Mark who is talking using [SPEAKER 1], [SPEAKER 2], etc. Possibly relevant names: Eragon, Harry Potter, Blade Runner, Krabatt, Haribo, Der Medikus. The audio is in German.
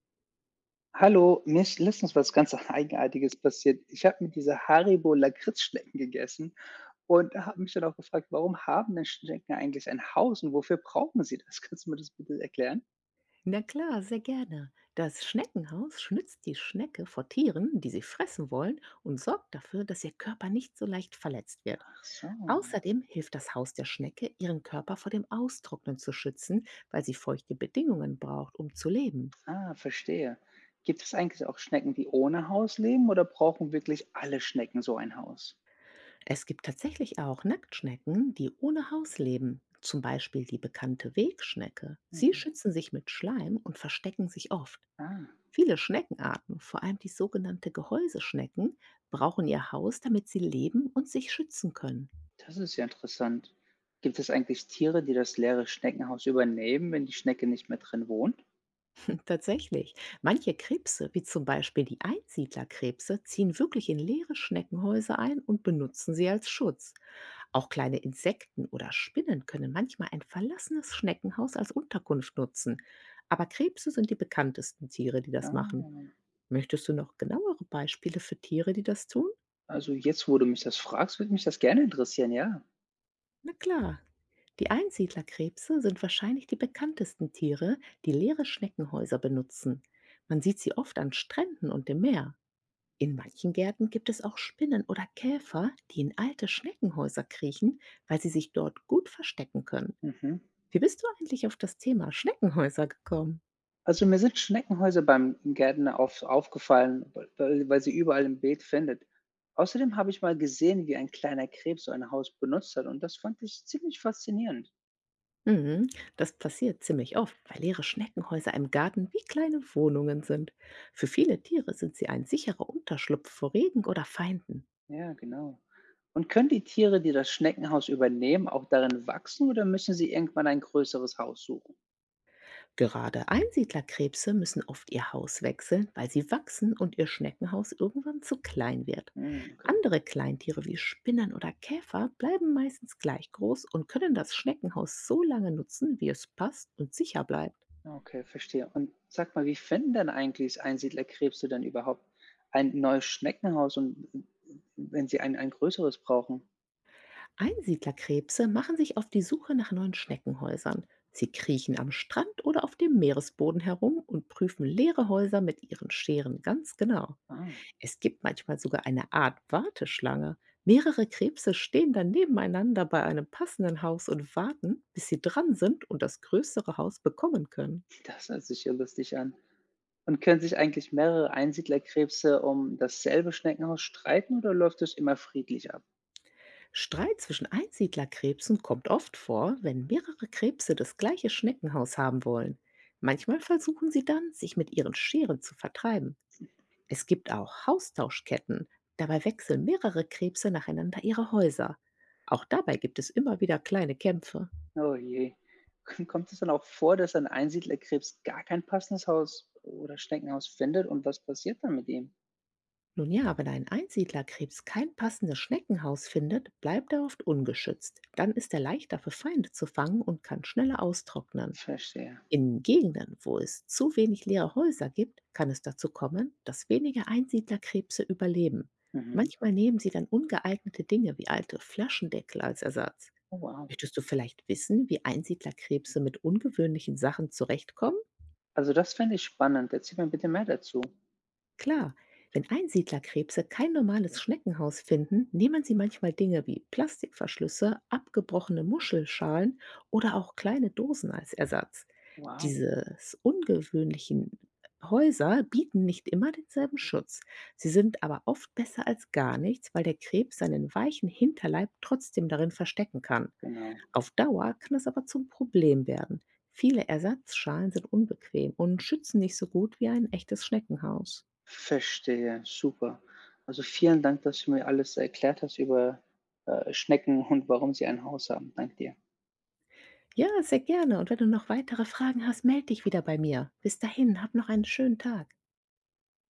[SPEAKER 1] Hallo, mir ist letztens was ganz Eigenartiges passiert. Ich habe mit dieser Haribo Lakritzschnecken gegessen und habe mich dann auch gefragt, warum haben denn Schnecken eigentlich ein Haus und wofür brauchen sie das? Kannst du mir das bitte erklären?
[SPEAKER 2] Na klar, sehr gerne. Das Schneckenhaus schützt die Schnecke vor Tieren, die sie fressen wollen, und sorgt dafür, dass ihr Körper nicht so leicht verletzt wird.
[SPEAKER 1] Ach so,
[SPEAKER 2] Außerdem hilft das Haus der Schnecke, ihren Körper vor dem Austrocknen zu schützen, weil sie feuchte Bedingungen braucht, um zu leben.
[SPEAKER 1] ah, verstehe. Gibt es eigentlich auch Schnecken, die ohne Haus leben oder brauchen wirklich alle Schnecken so ein Haus?
[SPEAKER 2] Es gibt tatsächlich auch Nacktschnecken, die ohne Haus leben, zum Beispiel die bekannte Wegschnecke. Sie
[SPEAKER 1] Mhm.
[SPEAKER 2] schützen sich mit Schleim und verstecken sich oft.
[SPEAKER 1] Ah,
[SPEAKER 2] Viele Schneckenarten, vor allem die sogenannte Gehäuseschnecken, brauchen ihr Haus, damit sie leben und sich schützen können.
[SPEAKER 1] das ist ja interessant. Gibt es eigentlich Tiere, die das leere Schneckenhaus übernehmen, wenn die Schnecke nicht mehr drin wohnt?
[SPEAKER 2] Tatsächlich, manche Krebse, wie zum Beispiel die Einsiedlerkrebse, ziehen wirklich in leere Schneckenhäuser ein und benutzen sie als Schutz. Auch kleine Insekten oder Spinnen können manchmal ein verlassenes Schneckenhaus als Unterkunft nutzen. Aber Krebse sind die bekanntesten Tiere, die das machen.
[SPEAKER 1] Ah.
[SPEAKER 2] Möchtest du noch genauere Beispiele für Tiere, die das tun?
[SPEAKER 1] Also jetzt, wo du mich das fragst, würde mich das gerne interessieren, ja.
[SPEAKER 2] Na klar. Die Einsiedlerkrebse sind wahrscheinlich die bekanntesten Tiere, die leere Schneckenhäuser benutzen. Man sieht sie oft an Stränden und im Meer. In manchen Gärten gibt es auch Spinnen oder Käfer, die in alte Schneckenhäuser kriechen, weil sie sich dort gut verstecken können.
[SPEAKER 1] Mhm.
[SPEAKER 2] Wie bist du eigentlich auf das Thema Schneckenhäuser gekommen?
[SPEAKER 1] Also mir sind Schneckenhäuser beim Gärtner aufgefallen, weil sie überall im Beet findet. Außerdem habe ich mal gesehen, wie ein kleiner Krebs so ein Haus benutzt hat und das fand ich ziemlich faszinierend.
[SPEAKER 2] Mhm, das passiert ziemlich oft, weil leere Schneckenhäuser im Garten wie kleine Wohnungen sind. Für viele Tiere sind sie ein sicherer Unterschlupf vor Regen oder Feinden.
[SPEAKER 1] Ja, genau. Und können die Tiere, die das Schneckenhaus übernehmen, auch darin wachsen oder müssen sie irgendwann ein größeres Haus suchen?
[SPEAKER 2] Gerade Einsiedlerkrebse müssen oft ihr Haus wechseln, weil sie wachsen und ihr Schneckenhaus irgendwann zu klein wird.
[SPEAKER 1] Hm, okay.
[SPEAKER 2] Andere Kleintiere wie Spinnen oder Käfer bleiben meistens gleich groß und können das Schneckenhaus so lange nutzen, wie es passt und sicher bleibt.
[SPEAKER 1] Okay, verstehe. Und sag mal, wie finden denn eigentlich Einsiedlerkrebse denn überhaupt ein neues Schneckenhaus und wenn sie ein größeres brauchen?
[SPEAKER 2] Einsiedlerkrebse machen sich auf die Suche nach neuen Schneckenhäusern. Sie kriechen am Strand oder auf dem Meeresboden herum und prüfen leere Häuser mit ihren Scheren ganz genau.
[SPEAKER 1] Ah,
[SPEAKER 2] Es gibt manchmal sogar eine Art Warteschlange. Mehrere Krebse stehen dann nebeneinander bei einem passenden Haus und warten, bis sie dran sind und das größere Haus bekommen können.
[SPEAKER 1] das hört sich ja lustig an. Und können sich eigentlich mehrere Einsiedlerkrebse um dasselbe Schneckenhaus streiten oder läuft es immer friedlich ab?
[SPEAKER 2] Streit zwischen Einsiedlerkrebsen kommt oft vor, wenn mehrere Krebse das gleiche Schneckenhaus haben wollen. Manchmal versuchen sie dann, sich mit ihren Scheren zu vertreiben. Es gibt auch Haustauschketten. Dabei wechseln mehrere Krebse nacheinander ihre Häuser. Auch dabei gibt es immer wieder kleine Kämpfe.
[SPEAKER 1] Oh je. Kommt es dann auch vor, dass ein Einsiedlerkrebs gar kein passendes Haus oder Schneckenhaus findet und was passiert dann mit ihm?
[SPEAKER 2] Nun ja, wenn ein Einsiedlerkrebs kein passendes Schneckenhaus findet, bleibt er oft ungeschützt. Dann ist er leichter für Feinde zu fangen und kann schneller austrocknen.
[SPEAKER 1] Verstehe.
[SPEAKER 2] In Gegenden, wo es zu wenig leere Häuser gibt, kann es dazu kommen, dass weniger Einsiedlerkrebse überleben.
[SPEAKER 1] Mhm.
[SPEAKER 2] Manchmal nehmen sie dann ungeeignete Dinge wie alte Flaschendeckel als Ersatz.
[SPEAKER 1] Oh, wow.
[SPEAKER 2] Möchtest du vielleicht wissen, wie Einsiedlerkrebse mit ungewöhnlichen Sachen zurechtkommen?
[SPEAKER 1] Also das fände ich spannend. Erzähl mir bitte mehr dazu.
[SPEAKER 2] Klar, wenn Einsiedlerkrebse kein normales Schneckenhaus finden, nehmen sie manchmal Dinge wie Plastikverschlüsse, abgebrochene Muschelschalen oder auch kleine Dosen als Ersatz.
[SPEAKER 1] Wow,
[SPEAKER 2] Dieses ungewöhnlichen Häuser bieten nicht immer denselben Schutz. Sie sind aber oft besser als gar nichts, weil der Krebs seinen weichen Hinterleib trotzdem darin verstecken kann.
[SPEAKER 1] genau.
[SPEAKER 2] Auf Dauer kann es aber zum Problem werden. Viele Ersatzschalen sind unbequem und schützen nicht so gut wie ein echtes Schneckenhaus.
[SPEAKER 1] Verstehe, super. Also, vielen Dank, dass du mir alles erklärt hast über Schnecken und warum sie ein Haus haben. Danke dir.
[SPEAKER 2] Ja, sehr gerne. Und wenn du noch weitere Fragen hast, melde dich wieder bei mir. Bis dahin, hab noch einen schönen Tag.